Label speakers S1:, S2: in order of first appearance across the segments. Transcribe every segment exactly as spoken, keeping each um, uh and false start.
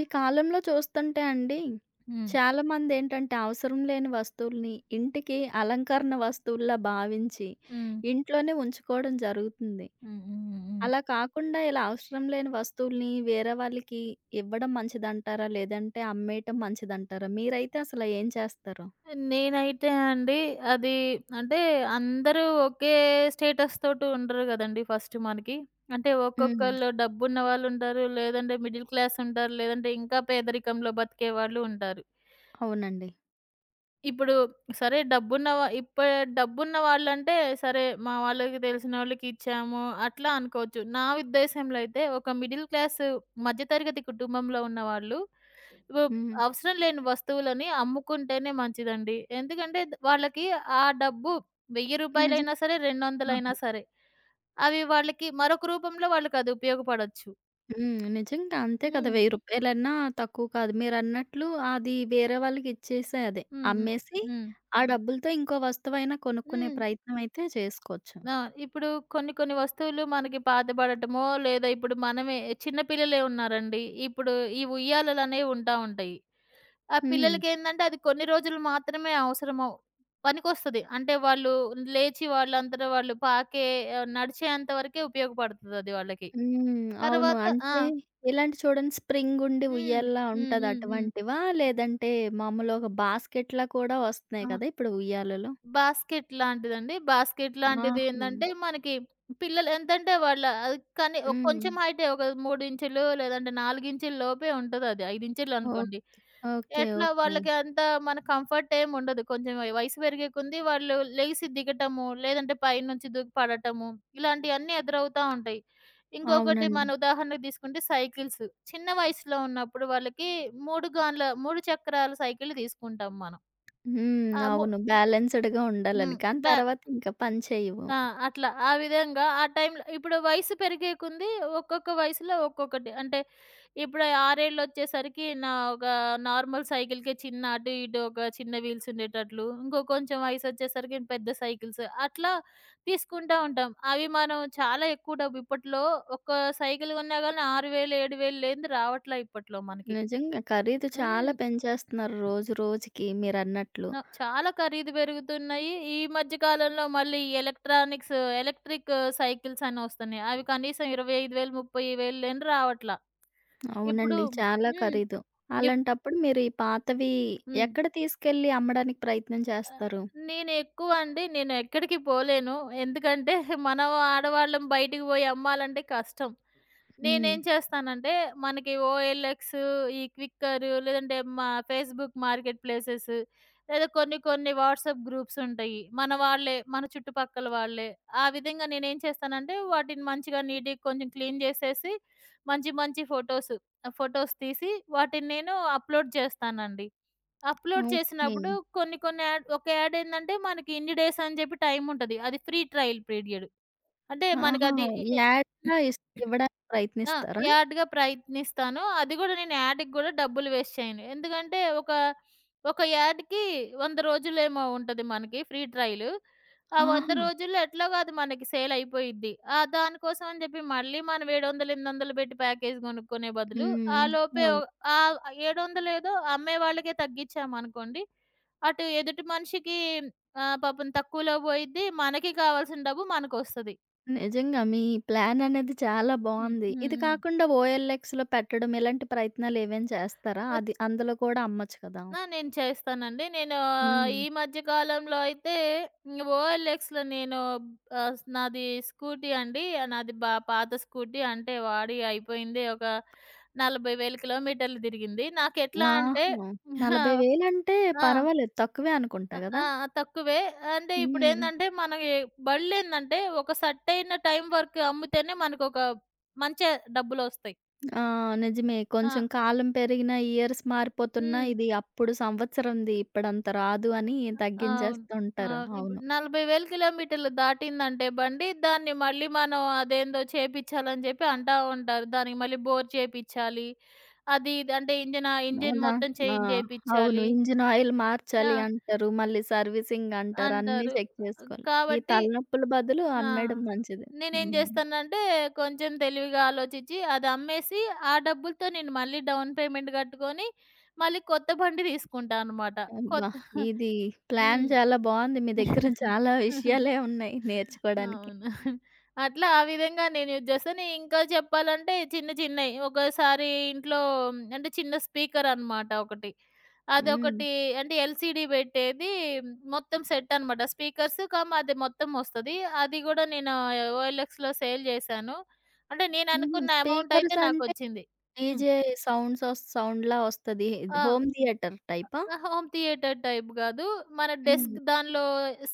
S1: ఈ కాలంలో చూస్తుంటే అండి,
S2: హ్మ్.
S1: చాలామందేంటంటే అవసరం లేని వస్తువుల్ని ఇంటికి అలంకరణ వస్తువుల్లా భావించి
S2: హ్మ్.
S1: ఇంట్లోనే ఉంచుకోవడం జరుగుతుంది.
S2: హ్మ్. హ్మ్. హ్మ్. హ్మ్.
S1: అలా కాకుండా ఇలా అవసరం లేని వస్తువుల్ని వేరే వాళ్ళకి ఇవ్వడం మంచిదంటారా? లేదంటే అమ్మేయటం మంచిదంటారా? మీరైతే అసలు ఏం చేస్తారు?
S2: నేనైతే అండి అది అంటే అందరూ ఒకే స్టేటస్ తోటి ఉండరు గదండీ ఫస్ట్ మనకి. అంటే
S1: హ్మ్.
S2: ఒక్కొక్కళ్ళు డబ్బున్న వాళ్ళుంటారు. లేదంటే మిడిల్ క్లాస్ ఉంటారు. లేదంటే ఇంకా పేదరికంలో బతికే వాళ్ళు ఉంటారు.
S1: అవునండి.
S2: ఇప్పుడు సరే డబ్బున్న వా ఇప్ప డబ్బున్న వాళ్ళంటే సరే మా వాళ్ళకి తెలిసినోళ్ళకి ఇచ్చాము అట్లా అనుకోవచ్చు. నా ఉద్దేశంలో అయితే ఒక మిడిల్ క్లాస్ మధ్యతరగతి కుటుంబంలో ఉన్నవాళ్ళు వబ్
S1: హ్మ్.
S2: అవసరం లేని వస్తువులని అమ్ముకుంటేనే మంచిదండి. ఎందుకంటే ద వాళ్ళకి ఆ డబ్బు రూ.
S1: నిజం.
S2: వెయ్యి సరే, రెండు వందలు సరే, అవి వాళ్ళకి మరొక రూపంలో వాళ్ళకది ఉపయోగపడొచ్చు.
S1: హ్మ్. నిజంగా అంతే కదా!
S2: హ్మ్.
S1: రూ. వెయ్యి తక్కువ కాదు. మీరన్నట్లు అది వేరే వాళ్ళకిచ్చేసే అదే
S2: హ్మ్. హ్మ్.
S1: అమ్మేసి,
S2: హ్మ్.
S1: ఆ డబ్బులతో ఇంకో వస్తువైనా కొనుక్కునే
S2: హ్మ్.
S1: ప్రయత్నం అయితే చేసుకోవచ్చు.
S2: ఆ! ఇప్పుడు కొన్ని కొన్ని వస్తువులు మనకి పాతబడటమో, లేదా ఇప్పుడు మనమే చిన్న పిల్లలే ఉన్నారండి. ఇప్పుడు ఈ ఉయ్యాలలనేవి ఉంటా ఉంటాయి. ఆ
S1: హ్మ్.
S2: పిల్లలకేందంటే అది కొన్ని రోజులు మాత్రమే అవసరమవు పనికొస్తది. అంటే వాళ్ళు లేచి వాళ్ళంతట వాళ్ళు పాకే ఆహ్, నడిచేంత వరకే ఉపయోగపడుతదది వాళ్ళకి.
S1: హ్మ్. అవును.
S2: తర్వాత ఆ!
S1: అంటే ఇలాంటి చూడండి స్ప్రింగ్ ఉండి
S2: హ్మ్.
S1: ఉయ్యాలలా
S2: హ్మ్.
S1: ఉంటది
S2: హ్మ్. హ్మ్.
S1: అటువంటివా? లేదంటే మామూలు ఒక బాస్కెట్‌లా కూడా వస్తున్నాయి
S2: అహా!
S1: కదా! ఇప్పుడు ఉయ్యాలలు.
S2: బాస్కెట్ లాంటిదండి. బాస్కెట్
S1: ఆహా!
S2: లాంటిదేందంటే మనకి పిల్లలు ఎంతంటే వాళ్ళ అది కానీ ఒక
S1: హ్మ్.
S2: కొంచెం హైటే ఒక మూడు ఇంచులు లేదంటే నాలుగు ఇంచుల లోపే ఉంటదది. ఐదు
S1: ఓహ్!
S2: ఇంచులనుకోండి.
S1: ఓకే.
S2: ఎట్లా
S1: ఓకే.
S2: వాళ్ళకి అంత మన కంఫర్ట్ ఏమి ఉండదు. కొంచెం వయ వయసు పెరిగే కొంది వాళ్ళు లెగిసి దిగటము, లేదంటే పైనుంచి దూకి పడటము, ఇలాంటియన్నీ ఎదురవుతా ఉంటాయి. ఇంకొకటి
S1: అవునండి.
S2: మన ఉదాహరణకు తీసుకుంటే సైకిల్స్. చిన్న వయసులో ఉన్నప్పుడు వాళ్ళకి మూడు గాన్ల మూడు చక్రాల సైకిల్ తీసుకుంటాం మనం. ఆ!
S1: హ్మ్.
S2: ము
S1: అవును. బ్యాలెన్స్‌డ్‌గా ఉండాలని.
S2: హ్మ్.
S1: కానీ
S2: బ్యా
S1: తర్వాత ఇంకా పని చేయవు.
S2: ఆ! అట్లా. ఆ విధంగా ఆ టైంలో ఇప్పుడు వయసు పెరిగే కొంది ఒక్కొక్క వయసులో ఒక్కొక్కటి. అంటే ఇప్పుడు ఆరేళ్ళొచ్చేసరికి నా ఒక నార్మల్ సైకిల్‌కే చిన్న అటు ఇటు ఒక చిన్న వీల్స్ ఉండేటట్లు, ఇంకో కొంచెం వయసొచ్చేసరికి పెద్ద సైకిల్స్ అట్లా తీసుకుంటా ఉంటాం. అవి మనం చాలా ఎక్కువ డబ్బు ఇప్పట్లో ఒక్క సైకిల్ కొన్నా గానీ ఆరు వేలు, ఏడు వేలు లేనిది రావట్లా ఇప్పట్లో మనకి.
S1: నిజంగా. ఖరీదు చాలా
S2: హ్మ్.
S1: పెంచేస్తున్నారు రోజు రోజుకి మీరన్నట్లు.
S2: ఆ! చాలా ఖరీదు పెరుగుతున్నాయి. ఈ మధ్య కాలంలో మళ్ళీ ఎలక్ట్రానిక్స్ ఎలక్ట్రిక్ సైకిల్స్ అని వస్తున్నాయి. అవి కనీసం ఇరవై ఐదు వేలు, ముప్ఫై వేలు అని రావట్లా. ఇప్పుడు
S1: అవునండి. చాలా
S2: హ్మ్.
S1: ఖరీదు.
S2: ఇప్
S1: అలాంటప్పుడు మీరు ఈ పాతవి
S2: హ్మ్.
S1: ఎక్కడ తీసుకెళ్ళి అమ్మడానికి ప్రయత్నం
S2: ఆ!
S1: చేస్తారు?
S2: నేను ఎక్కువ అండి. నేను ఎక్కడికి పోలేను. ఎందుకంటే మనం ఆడవాళ్ళం బయటికి పోయి అమ్మాలంటే కష్టం.
S1: హ్మ్.
S2: నేనేం చేస్తానంటే మనకి ఓఎల్ఎక్స్, ఈ క్విక్కర్ లేదంటే మా ఫేస్‌బుక్ మార్కెట్ ప్లేసెస్ లేదా కొన్ని కొన్ని వాట్సాప్ గ్రూప్స్ ఉంటాయి. మన వాళ్ళే, మన చుట్టుపక్కల వాళ్ళే. ఆ విధంగా నేనేం చేస్తానంటే వాటిని మంచిగా నీట్‌గా కొంచెం క్లీన్ చేసేసి మంచి మంచి ఫోటోస్, ఫోటోస్ తీసి వాటిని నేను అప్‌లోడ్ చేస్తానండి. Upload
S1: okay.
S2: చేసినప్పుడు కొన్ని కొన్ని యాడ్ ఒక యాడ్ ఏందంటే మనకి ఇన్ని డేస్ అని జెప్పి టైముంటది. అది ఫ్రీ ట్రయల్ పీరియడ్. అంటే
S1: ఆహా!
S2: మనకది ఎ
S1: యాడ్‌లా ఇస్ ఇవ్వడానికి
S2: ఆ!
S1: ప్రయత్నిస్తారా?
S2: యాడ్‌గా ప్రయత్నిస్తాను. అది గూడా నేను యాడ్‌కి గూడా డబ్బులు వేస్ట్ చేయను. ఎందుకంటే ఒక, ఒక యాడ్‌కి వంద రోజులేమో ఉంటది మనకి ఫ్రీ ట్రయలు. ఆ వంద
S1: ఆహా!
S2: రోజుల్లో ఎట్లాగో అది మనకి సేల్ అయిపోయిద్ది. ఆ దానికోసం అని జెప్పి మళ్ళీ మనం ఏడు వందలు, ఎనిమిది వందలు పెట్టి ప్యాకేజ్ గొనుక్కునే బదులు ఆ
S1: హ్మ్.
S2: లోపే
S1: అవును.
S2: ఒ ఆహ్, ఏడు వందలు ఏదో అమ్మే వాళ్ళకే తగ్గిచ్చామనుకోండి, అటు ఎదుటి మనిషికి ఆహ్, పాపం తక్కువలో బోయిద్ది. మనకి కావాల్సిన డబ్బు మనకొస్తది.
S1: నిజంగా మీ ప్లాన్ అనేది చాలా
S2: హ్మ్.
S1: బావుంది.
S2: హ్మ్.
S1: ఇది
S2: హ్మ్.
S1: కాకుండా ఓఎల్ఎక్స్‌లో పెట్టడం ఇలాంటి ప్రయత్నాలేవైనా చేస్తారా? అది అందులో కూడా అమ్మొచ్చు కదా!
S2: ఆ! నేను చేస్తానండి. నేను ఆహ్,
S1: హ్మ్.
S2: ఈ మధ్య కాలంలో అయితే హ్మ్, ఓఎల్ఎక్స్‌లో నేను ఆహ్, స్ నాది స్కూటీ అండి. నాది బా పాత స్కూటీ అంటే వాడి అయిపోయింది. ఒక నలభై వేలు కిలోమీటర్లు తిరిగింది. నాకెట్లా అంటే
S1: ఆహా!
S2: ఆ!
S1: నలభై వేలు అంటే
S2: ఆ!
S1: పర్వాలేదు. తక్కువే అనుకుంటా
S2: ఆ!
S1: గదా!
S2: ఆ! తక్కువే. అంటే
S1: హ్మ్.
S2: ఇప్పుడేందంటే మనకి బళ్ళేందంటే ఒక సర్టెయిన్ టైం వరకు అమ్మితేనే మనకొక మంచి డబ్బులొస్తాయి.
S1: ఆ! నిజమే.
S2: ఆ!
S1: కొంచెం కాలం పెరిగినా, ఇయర్స్ మారిపోతున్నా
S2: హ్మ్.
S1: ఇది అప్పుడు సంవత్సరంది ఇప్పుడంత రాదు అని
S2: అవును.
S1: తగ్గించేస్తూ ఉంటారు.
S2: అవును. ఇప్పుడు
S1: అవును.
S2: నలభై వేలు కిలోమీటర్లు దాటిందంటే బండి, దాన్ని మళ్ళీ మనం అదేందో చేపిచ్చాలని చెప్పి అంటా ఉంటారు. దానికి మళ్ళీ బోర్ చేపిచ్చాలి. అది ఇది అంటే ఇంజిన్ ఆహ్, ఇంజిన్
S1: అవునా?
S2: మొత్తం
S1: ఆ!
S2: చేంజ్
S1: అవును.
S2: చేపిచ్చాలి.
S1: ఇంజిన్ ఆయిల్ మార్చాలి
S2: ఆ!
S1: అంటారు. మళ్ళీ సర్వీసింగ్ అంటారు. అన్నీ
S2: అంటారు.
S1: చెక్ చేసుకోవాలి. ఈ
S2: కాబట్టి
S1: తలనొప్పుల బదులు
S2: ఆ!
S1: అమ్మేయడం మంచిది.
S2: నేనేం
S1: హ్మ్.
S2: జేస్తానంటే కొంచెం తెలివిగా ఆలోచించి అది అమ్మేసి, ఆ డబ్బులతో నేను మళ్ళీ డౌన్ పేమెంట్ గట్టుకొని, మళ్ళీ కొత్త బండి తీసుకుంటా అనమాట.
S1: అబ్బా!
S2: కొత్త
S1: ఇది ప్లాన్
S2: హ్మ్.
S1: చాలా బావుంది. మీ దగ్గర చాలా విషయాలే ఉన్నాయి నేర్చుకోడానికి.
S2: అవును. అట్లా ఆ విధంగా నేను యూజ్ చేస్తాను. ఇంకా చెప్పాలంటే చిన్న చిన్నయి ఒకసారి ఇంట్లో మ్, అంటే చిన్న స్పీకర్ అనమాట ఒకటి.
S1: హ్మ్.
S2: అదొకటి అంటే ఎల్‌సీడీ పెట్టేది మ్, మొత్తం సెట్ అనమాట. స్పీకర్స్ కమ్ అది మొత్తం వస్తది. అది గూడా నేను ఓఎల్ఎక్స్‌లో సేల్ చేశాను. అంటే నేను
S1: హుహు.
S2: అనుకున్న అమౌంట్ అయితే
S1: స్పీకర్స్ అంటే
S2: నాకొచ్చింది. హ్మ్.
S1: డీజే సౌండ్స్ వస్ సౌండ్‌లా వస్తది. ఇది
S2: ఆ!
S1: హోమ్ థియేటర్ టైపా?
S2: హోమ్ థియేటర్ టైప్ గాదు. మన
S1: హ్మ్.
S2: డెస్క్ దానిలో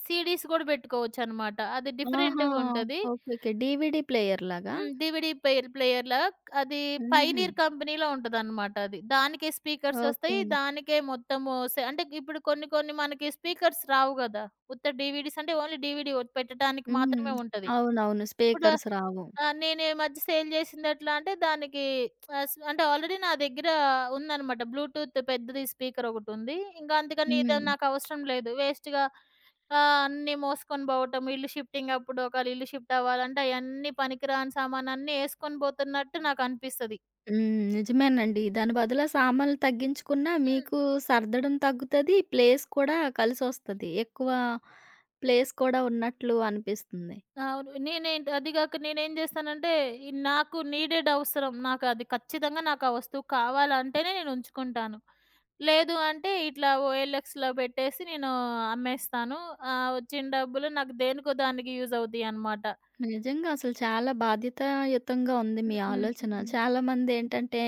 S2: సీడీస్ గూడా పెట్టుకోవచ్చనమాట. అది
S1: ఆహా!
S2: డిఫరెంట్‌గుంటది.
S1: ఓకే. ఓకే. డీవీడీ ప్లేయర్ లాగా?
S2: హ్మ్. డీవీడీ ప్లేయర్ ప్లేయర్‌లా అది
S1: హుహు.
S2: పైనీర్ కంపెనీలో ఉంటదనమాట అది. దానికే స్పీకర్స్ ఒస్తాయి.
S1: ఓకే.
S2: దానికే మొత్తము సె అంటే ఇప్పుడు కొన్ని కొన్ని మనకి స్పీకర్స్ రావు గదా! ఉత్త డీవీడీస్ అంటే ఓన్లీ డీవీడీ ఒ పెట్టడానికి
S1: హ్మ్.
S2: మాత్రమే ఉంటది.
S1: అవునవును.
S2: ఇప్పుడు
S1: స్పీకర్స్ రావు.
S2: ఆ! నేను ఈ మధ్య సేల్ చేసిందెట్లా అంటే దానికి ఆహ్, స్ అంటే ఆల్రెడీ నా దగ్గర ఉందనమాట. బ్లూటూత్ పెద్దది స్పీకర్ ఒకటుంది. ఇంకా అందుకని ఇది
S1: హ్మ్.
S2: నాకవసరం లేదు. వేస్ట్‌గా ఆహ్, అన్నీ మోసుకొని పోవటం, ఇల్లు షిఫ్టింగ్ అప్పుడు ఒకవేళ ఇల్లు షిఫ్ట్ అవ్వాలంటే అయన్నీ పనికిరాని సామానన్నీ యేసుకొని పోతున్నట్టు నాకనిపిస్తది.
S1: హ్మ్. నిజమేనండి. దాని బదులు సామాన్లు తగ్గించుకున్నా మీకు సర్దడం తగ్గుతది. ప్లేస్ కూడా కలిసొస్తది. ఎక్కువ ప్లేస్ కూడా ఉన్నట్లు అనిపిస్తుంది.
S2: అవును. నేనేంటి అది గాక నేనేం జేస్తానంటే, ఈ నాకు నీడెడ్ అవసరం. నాకు అది ఖచ్చితంగా నాకు ఆ వస్తువు కావాలంటేనే నేను ఉంచుకుంటాను. లేదు అంటే ఇట్లా ఓఎల్ఎక్స్‌లో పెట్టేసి నేను అమ్మేస్తాను. ఆ వచ్చిన డబ్బులు నాకు దేనికో దానికి యూజ్ అవుతాయన్నమాట.
S1: నిజంగా అసలు చాలా బాధ్యతాయుతంగా ఉంది మీ
S2: హ్మ్. హ్మ్.
S1: ఆలోచన.
S2: హ్మ్.
S1: చాలామంది
S2: హ్మ్.
S1: ఏంటంటే,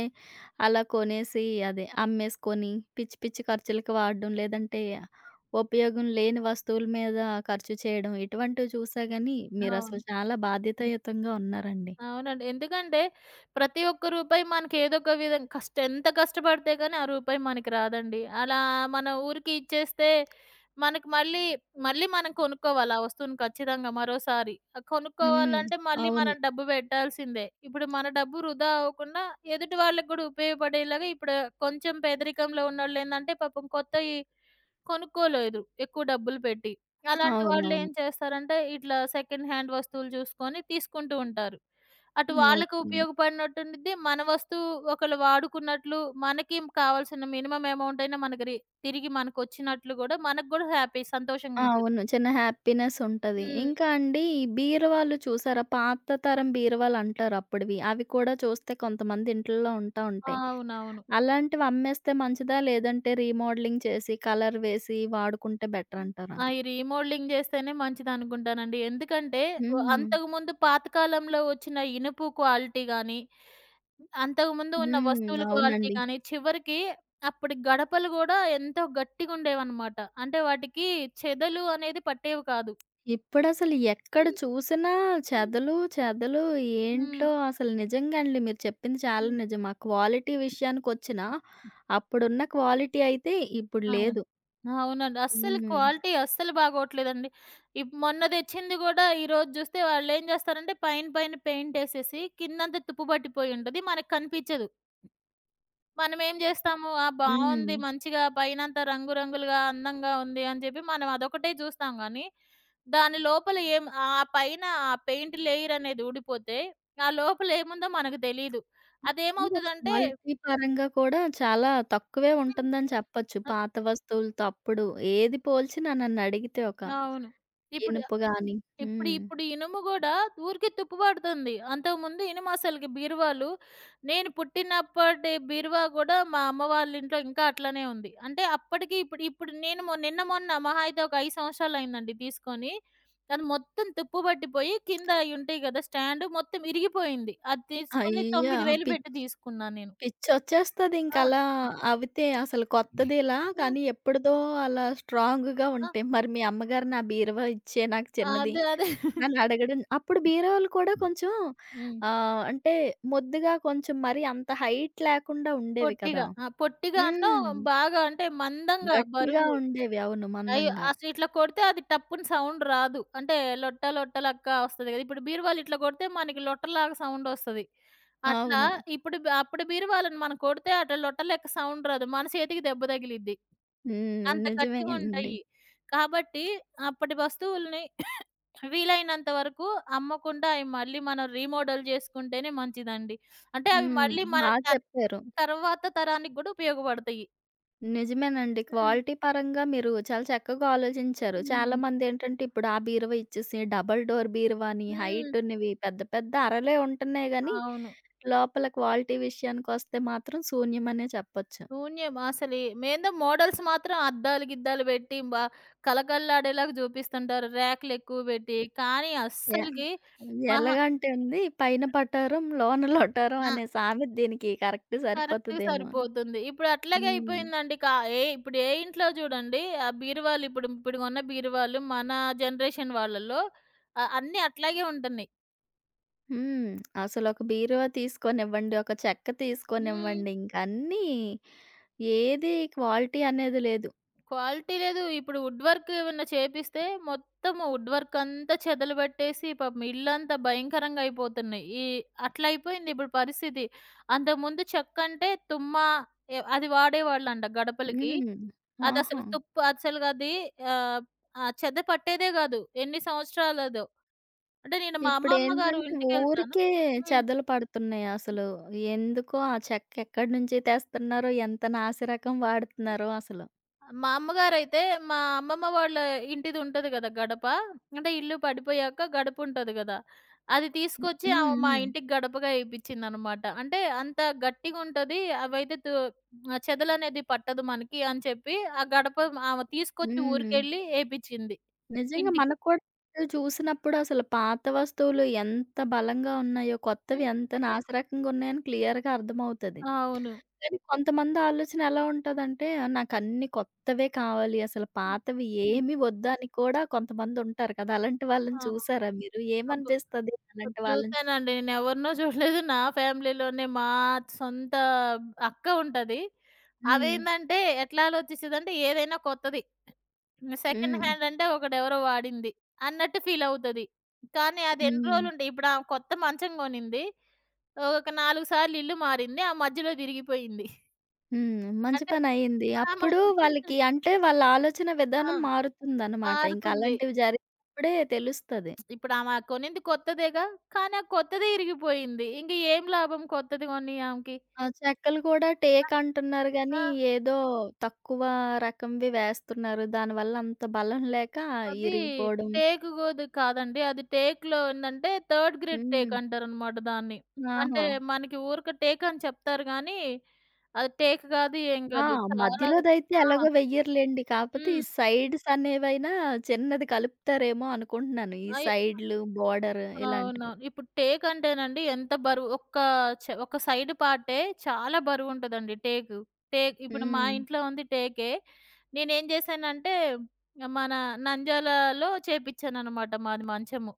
S1: అలా కొనేసి అదే అమ్మేసుకొని పిచ్చి పిచ్చి ఖర్చులకి వాడడం, లేదంటే ఉపయోగం లేని వస్తువుల మీద ఖర్చు చేయడం, ఇటువంటివి చూసా గానీ మీరసలు
S2: అవును.
S1: చాలా బాధ్యతాయుతంగా ఉన్నారండి.
S2: అవునండి. ఎందుకంటే ప్రతి ఒక్క రూపాయి మనకేదో ఒక విధం కష్ట ఎంత కష్టపడితే గాని ఆ రూపాయి మనకి రాదండి. అలా మన ఊరికి ఇచ్చేస్తే మనకి మళ్ళీ, మళ్ళీ మనం కొనుక్కోవాలి ఆ వస్తువుని ఖచ్చితంగా మరోసారి. ఆహ్,
S1: హ్మ్.
S2: కొనుక్కోవాలంటే మళ్ళీ
S1: అవును.
S2: మనం డబ్బు పెట్టాల్సిందే. ఇప్పుడు మన డబ్బు వృధా అవ్వకుండా ఎదుటి వాళ్ళకి గూడా ఉపయోగపడేలాగా ఇప్పుడు కొంచెం పేదరికంలో ఉన్నోళ్ళేందంటే పాపం కొత్తయి కొనుక్కోలేదు ఎక్కువ డబ్బులు పెట్టి. అలాంటి వాళ్ళు ఓకే.
S1: అవునవును.
S2: ఏం చేస్తారంటే ఇట్లా సెకండ్ హ్యాండ్ వస్తువులు చూసుకొని తీసుకుంటూ ఉంటారు. అటు హ్మ్. వాళ్ళకి
S1: ఓకే.
S2: ఉపయోగపడినట్టు ఉండిద్ది. మన వస్తువు ఒకళ్ళు వాడుకున్నట్లు మనకి కావాల్సిన మినిమమ్ అమౌంట్ అయినా మనకి రి తిరిగి మనకొచ్చినట్లు గూడా మనకు గూడా హ్యాపీ
S1: ఆ,
S2: సంతోషంగా ఉంటది.
S1: అవును. చిన్న హ్యాపీనెస్ ఉంటది.
S2: హ్మ్.
S1: ఇంకా అండి ఈ బీరువాలు చూసారా? పాత తరం బీరువాలంటారు అప్పుడివి. అవి కూడా చూస్తే కొంతమంది ఇంట్లల్లో ఉంటా ఉంటాయి.
S2: అవునవును.
S1: అలాంటివి అమ్మేస్తే మంచిదా? లేదంటే రీమోడలింగ్ చేసి, కలర్ వేసి వాడుకుంటే బెటర్ అంటారా?
S2: ఆ! ఈ రీమోడలింగ్ జేస్తేనే మంచిదనుకుంటానండి. ఎందుకంటే, వ
S1: హ్మ్.
S2: అంతకుముందు పాతకాలంలో వచ్చిన ఇనుపు క్వాలిటీ గాని అంతకుముందు ఉన్న
S1: హ్మ్.
S2: వస్తువుల క్వాలిటీ
S1: అవునండి.
S2: గానీ, చివరికి అప్పటి గడపలు గూడా ఎంతో గట్టిగుండేవనమాట. అంటే వాటికి చెదలు అనేది పట్టేవి కాదు.
S1: ఇప్పుడసలు ఎక్కడ
S2: హ్మ్.
S1: చూసినా
S2: హ్మ్.
S1: చెదలు, చెదలు
S2: హ్మ్.
S1: ఏంటో అసలు నిజంగా అండి మీరు చెప్పింది చాలా
S2: హ్మ్.
S1: నిజం. ఆ క్వాలిటీ విషయానికొచ్చినా అప్పుడున్న క్వాలిటీ అయితే ఇప్పుడు
S2: అవును.
S1: లేదు.
S2: అవునండి. అస్సలు
S1: హ్మ్.
S2: క్వాలిటీ అస్సలు బాగోట్లేదండి. ఇప్ మొన్న తెచ్చింది గూడా ఈరోజు జూస్తే వాళ్ళేం జేస్తారంటే పైన పైన పెయింటేసేసి కిందంతా తుప్పు పట్టిపోయుంటది. మనకు కనిపించదు. మనమేం జేస్తాము? ఆ! హ్మ్.
S1: హ్మ్.
S2: బావుంది. మంచిగా పైనంతా రంగు రంగులుగా అందంగా ఉంది అని జెప్పి మనం అదొకటే జూస్తాం గానీ, దాని లోపల ఏం ఆ పైన ఆ పెయింట్ లేయర్ అనేది ఊడిపోతే, ఆ లోపల ఏముందో మనకు తెలీదు.
S1: ఇంకా
S2: అదేమవుతదంటే
S1: క్వాలిటీ పరంగా కూడా చాలా తక్కువే
S2: హ్మ్.
S1: ఉంటుందని చెప్పొచ్చు.
S2: అ
S1: పాత వస్తువులతో అప్పుడు ఏది పోల్చినా నన్నడిగితే ఒక
S2: అవును. ఇప్పుడు
S1: ఇనుప గాని.
S2: ఇప్పుడు
S1: హ్మ్.
S2: ఇప్పుడు ఇనుము గూడా ఊరికే తుప్పు పడుతుంది. అంతకుముందు ఇనుము అసలకి బీరువాలు నేను పుట్టినప్పటి బీరువా గూడా మా అమ్మ వాళ్ళ ఇంట్లో ఇంకా అట్లనే ఉంది. అంటే అప్పటికి ఇప్పుడు ఇప్పుడు నేను మొ నిన్న మొన్న మహా అయితే ఒక ఐదు సంవత్సరాలయిందండి తీసుకొని. అది మొత్తం తుప్పు పట్టిపోయి కింద అయి ఉంటాయి గదా! స్టాండ్ మొత్తం ఇరిగిపోయింది. అది తీసుకొని
S1: అయ్యా!
S2: తొమ్మిది వేలు
S1: పి
S2: పెట్టి తీసుకున్నా నేను.
S1: పిచ్చొచ్చేస్తదింక
S2: ఆ!
S1: అలా అవితే అసలు కొత్తదిలా
S2: హ్మ్.
S1: కానీ ఎప్పుడుదో అలా స్ట్రాంగ్‌గా
S2: ఆ!
S1: ఉంటాయి. మరి మీ అమ్మగారు నా బీరువా ఇచ్చేయి నాకు చిన్నది
S2: అదే అదే.
S1: అని అడగడం అప్పుడు బీరువాలు కూడా కొంచెం
S2: హ్మ్.
S1: ఆహ్, అంటే ముద్దుగా కొంచెం మరి అంత హైట్ లేకుండా ఉండేవి కదా!
S2: పొట్టిగా. ఆ! పొట్టిగాను
S1: హ్మ్.
S2: బాగా అంటే మందంగా
S1: గట్టిగా
S2: బరువు.
S1: ఉండేవి. అవును.
S2: అయ్యో!
S1: మందంగా.
S2: అసలు ఇట్లా కొడితే అది టప్పున సౌండ్ రాదు. అంటే లొట్ట లొట్ట లెక్క వస్తది గదా! ఇప్పుడు బీరువాలు ఇట్లా కొడితే మనకి లొట్టలాగా సౌండ్ వస్తది. అట్లా
S1: అవును.
S2: ఇప్పుడు బ అప్పుడు బీరువాలను మనం కొడితే అట్లా లొట్ట లెక్క సౌండ్ రాదు. మన చేతికి దెబ్బ తగిలిద్ది.
S1: హ్మ్.
S2: అంత
S1: నిజమేనండి.
S2: గట్టిగుంటయి. కాబట్టి అప్పటి వస్తువుల్ని వీలైనంత వరకు అమ్మకుండా అయి మళ్ళీ మనం రీమోడల్ జేసుకుంటేనే మంచిదండి. అంటే అవి
S1: హ్మ్.
S2: మళ్ళీ మన
S1: బా
S2: త
S1: చెప్పారు.
S2: తర్వాత తరానికి గూడా ఉపయోగపడతాయి.
S1: నిజమేనండి.
S2: హ్మ్.
S1: క్వాలిటీ పరంగా మీరు చాలా చక్కగా ఆలోచించారు.
S2: హ్మ్.
S1: చాలామందేంటంటే ఇప్పుడు ఆ బీరువా ఇచ్చేసి డబుల్ డోర్ బీరువా అని
S2: హ్మ్.
S1: హైటున్నవి పెద్ద పెద్ద అరలే ఉంటున్నాయి గానీ,
S2: అవును.
S1: లోపల క్వాలిటీ విషయానికొస్తే మాత్రం శూన్యమనే చెప్పొచ్చు.
S2: శూన్యం. అసలు ఏందో మోడల్స్ మాత్రం అద్దాలు గిద్దాలు పెట్టి బా కళకళలాడేలాగా జూపిస్తుంటారు. ర్యాకులెక్కువ పెట్టి. కానీ
S1: య
S2: అస్సలకి మహా
S1: ఎలాగంటే ఉంది పైన పటారం లోన లొటారం
S2: ఆ!
S1: అనే సామెత దీనికి కరెక్ట్
S2: కరెక్ట్‌గా
S1: సరిపోతదేమో.
S2: సరిపోతుంది. ఇప్పుడు అట్లాగే
S1: హ్మ్.
S2: అయిపోయిందండి. కా ఏ ఇప్పుడు ఏ ఇంట్లో జూడండి ఆ బీరువాలు ఇప్పుడు ఇప్పుడు కొన్న బీరువాలు మన జనరేషన్ వాళ్ళలో ఆహ్, అన్నీ అట్లాగే ఉంటున్నాయి.
S1: హ్మ్. అసలొక బీరువా తీసుకోనివ్వండి, ఒక చెక్క
S2: హ్మ్.
S1: తీసుకోనివ్వండి ఇంకన్నీ ఏది క్వాలిటీ అనేది లేదు.
S2: క్వాలిటీ లేదు. ఇప్పుడు వుడ్ వర్క్ ఏమన్నా చేపిస్తే మొత్తం వుడ్ వర్క్ అంతా చెదలు పట్టేసి పాపం ఇల్లంతా భయంకరంగా అయిపోతున్నాయి. ఈ అట్లా అయిపోయింది ఇప్పుడు పరిస్థితి. అంతకుముందు చెక్కంటే తుమ్మ ఎ అది వాడేవాళ్ళంట గడపలకి.
S1: హ్మ్. ఆహా!
S2: అదసలు తుప్పు అసలగది ఆహ్, ఆ ఆ చెద పట్టేదే గాదు. ఎన్ని సంవత్సరాలదో. అంటే నేను మా అమ్మమ్మ గారు
S1: ఇప్పుడేంటంటే
S2: ఇంటికెళ్తాను.
S1: ఊరికే
S2: హ్మ్.
S1: చెదలు పడుతున్నాయి అసలు. ఎందుకో ఆ చెక్క ఎక్కడి నుంచి తెస్తున్నారో, ఎంత నాసి రకం వాడుతున్నారో అసలు.
S2: మా అమ్మగారైతే మా అమ్మమ్మ వాళ్ళ ఇంటిది ఉంటది కదా గడప. అంటే ఇల్లు పడిపోయాక గడపుంటది గదా! అది
S1: హ్మ్.
S2: తీసుకొచ్చి ఆమె మా
S1: హ్మ్.
S2: ఇంటికి గడపగా ఏపిచ్చిందనమాట. అంటే అంత గట్టిగుంటది. అవైతే తు ఆహ్, చెదలనేది పట్టదు మనకి అని చెప్పి ఆ గడప ఆమె తీసుకొచ్చి
S1: హ్మ్.
S2: ఊరికెళ్ళి ఏపిచ్చింది
S1: నిజంగా
S2: ఇంటికి.
S1: మనకు కూడా బట్టలు చూసినప్పుడు అసలు పాత వస్తువులు ఎంత బలంగా ఉన్నాయో, కొత్తవి
S2: హ్మ్.
S1: ఎంత నాసిరకంగా ఉన్నాయని క్లియర్‌గా అర్థమవుతది.
S2: అవును.
S1: కానీ కొంతమంది ఆలోచన ఎలా ఉంటదంటే, నాకన్నీ కొత్తవే కావాలి. అసలు పాతవి
S2: హ్మ్.
S1: ఏమి వద్దని కూడా కొంతమందుంటారు కదా! అలాంటి వాళ్ళని
S2: ఆ!
S1: చూసారా మీరు?
S2: అబ్బో!
S1: ఏమనిపిస్తది అలాంటి వాళ్ళని?
S2: చూసానండి. నేనెవరినో చూడలేదు. నా ఫ్యామిలీలోనే మా సొంత అక్క ఉంటది.
S1: హ్మ్.
S2: అదేందంటే ఎట్లా ఆలోచిస్తదంటే ఏదైనా కొత్తది. సెకండ్
S1: హ్మ్.
S2: హ్యాండ్ అంటే ఒకడెవరో వాడింది అన్నట్టు ఫీల్ అవుతది. కానీ అది ఎన్ని
S1: హ్మ్.
S2: రోజులుంటాయి. ఇప్పుడు ఆమె కొత్త మంచం కొనింది. ఒక నాలుగు సార్లు ఇల్లు మారింది. ఆ మధ్యలో తిరిగిపోయింది.
S1: హ్మ్. మంచి
S2: అంటే
S1: పనయింది.
S2: ఆ! మ
S1: అప్పుడు వాళ్ళకి అంటే వాళ్ళ ఆలోచన
S2: ఆ!
S1: విధానం మారుతుందనమాట. ఇంక
S2: మారుతుంది.
S1: అలాంటివి జరిగినప్పుడే తెలుస్తది.
S2: ఇప్పుడు ఆమె కొనింది కొత్తదేగా. కానీ ఆ కొత్తదే ఇరిగిపోయింది. ఇంక ఏం లాభం కొత్తది కొని ఆమెకి?
S1: ఆ! చెక్కలు కూడా టేకు అంటున్నారు
S2: ఆ! ఆ!
S1: గానీ, ఏదో తక్కువ రకంవి వేస్తున్నారు. దానివల్ల అంత బలం లేక
S2: అది
S1: ఇరిగిపోవడం.
S2: టేకు గోదు కాదండి. అది టేకులో ఏందంటే థర్డ్ గ్రేడ్ టేకు
S1: హ్మ్.
S2: అంటారనమాట దాన్ని. అంటే
S1: ఆహా!
S2: మనకి ఊరికే టేకు అని చెప్తారు గానీ, అది టేకు కాదు ఏం
S1: ఆ!
S2: కాదు. చాలా
S1: మధ్యలోదైతే
S2: ఆ!
S1: ఎలాగో వెయ్యరులెండి. కాపోతే ఈ
S2: హ్మ్.
S1: సైడ్స్ అనేవైనా చిన్నది కలుపుతారేమో అనుకుంటున్నాను. ఈ
S2: అయి
S1: సైడ్‌లు, బోర్డర్
S2: అవునవును.
S1: ఇలాంటివి.
S2: ఇప్పుడు టేకు అంటేనండి ఎంత బరువు ఒక్క చ ఒక సైడ్ పార్టే చాలా బరువుంటదండి టేకు. టేకు ఇప్పుడు మా
S1: హ్మ్.
S2: ఇంట్లో ఉంది టేకే. నేనేం చేశానంటే, మన నంద్యాలలో చేపిచ్చాననమాట మాది మంచము.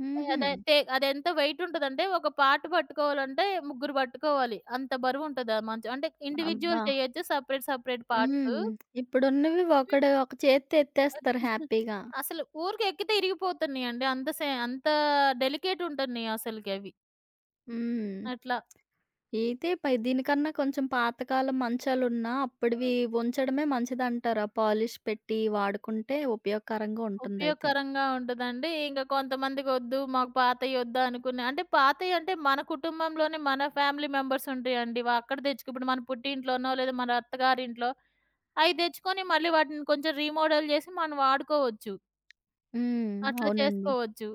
S1: హుహు.
S2: అదే తే అదెంత వెయిట్ ఉంటదంటే, ఒక పార్ట్ పట్టుకోవాలంటే ముగ్గురు పట్టుకోవాలి. అంత బరువుంటది ఆ మంచం. అంటే
S1: అబ్బా!
S2: ఇండివిడ్యువల్ చేయొచ్చు. Separate, separate parts.
S1: హ్మ్. ఇప్పుడున్నవి ఒకడు ఒక చేత్తో ఎత్తేస్తారు హ్యాపీగా.
S2: అసలు ఊరికే ఎక్కితే ఇరిగిపోతున్నాయండి. అంత సే అంత డెలికేట్ ఉంటున్నాయి అసలకి అవి.
S1: హ్మ్.
S2: అట్లా.
S1: అయితే పై దీనికన్నా కొంచెం పాతకాలం మంచాలున్నా అప్పటివి ఉంచడమే మంచిదంటారా? పాలిష్ పెట్టి వాడుకుంటే ఉపయోగకరంగా ఉంటుందయితే.
S2: ఉపయోగకరంగా ఉంటదండి. ఇంక కొంతమందికొద్దు, మాకు పాతయ్యొద్దు అనుకున్న అంటే పాతయ్యంటే మన కుటుంబంలోనే మన ఫ్యామిలీ మెంబర్స్ ఉంటాయండి. వ అక్కడ తెచ్చుకు ఇప్పుడు మన పుట్టింట్లోనో, లేదా మన అత్తగారింట్లో అయి తెచ్చుకొని మళ్ళీ వాటిని కొంచెం రీమోడల్ చేసి మనం వాడుకోవచ్చు.
S1: హ్మ్.
S2: అట్లా
S1: అవునండి.
S2: చేసుకోవచ్చు.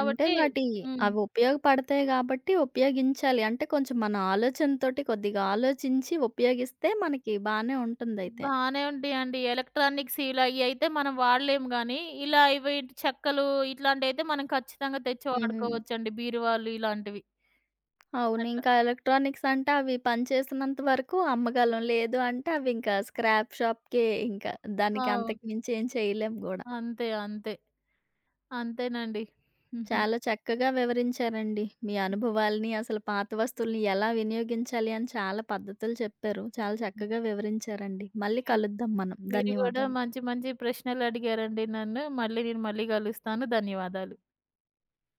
S1: అంటే వాటి
S2: హ్మ్.
S1: అవి ఉపయోగపడతాయి గాబట్టి ఉపయోగించాలి. అంటే కొంచెం మన ఆలోచనతోటి కొద్దిగా ఆలోచించి ఉపయోగిస్తే మనకి బానే ఉంటుందయితే.
S2: బానే ఉంటాయండి. ఎలక్ట్రానిక్స్ ఇలా అయ్యయితే మనం వాడలేము గానీ, ఇలా ఇవి చెక్కలు ఇట్లాంటియయితే మనం ఖచ్చితంగా తెచ్చి
S1: హ్మ్.
S2: వాడుకోవచ్చండి. బీరువాలు ఇలాంటివి.
S1: అవును.
S2: అట్లా.
S1: ఇంకా ఎలక్ట్రానిక్స్ అంటే అవి పనిచేసినంత వరకు అమ్మగలం. లేదు అంటే అవి ఇంకా స్క్రాప్ షాప్‌కే ఇంకా. దానికి
S2: అవును.
S1: అంతకు మించి ఏం చేయలేం గూడా.
S2: అంతే. అంతే. అంతేనండి. హుహు.
S1: చాలా చక్కగా వివరించారండి. మీ అనుభవాల్ని, అసలు పాత వస్తువుల్ని ఎలా వినియోగించాలి అని చాలా పద్ధతులు చెప్పారు. చాలా చక్కగా వివరించారండి. మళ్ళీ
S2: మీ
S1: కలుద్దాం మనం.
S2: మీరు గూడా
S1: ధన్యవాదాలు.
S2: మంచి మంచి ప్రశ్నలడిగారండి నన్ను. మళ్ళీ నేను మళ్ళీ గలుస్తాను. ధన్యవాదాలు.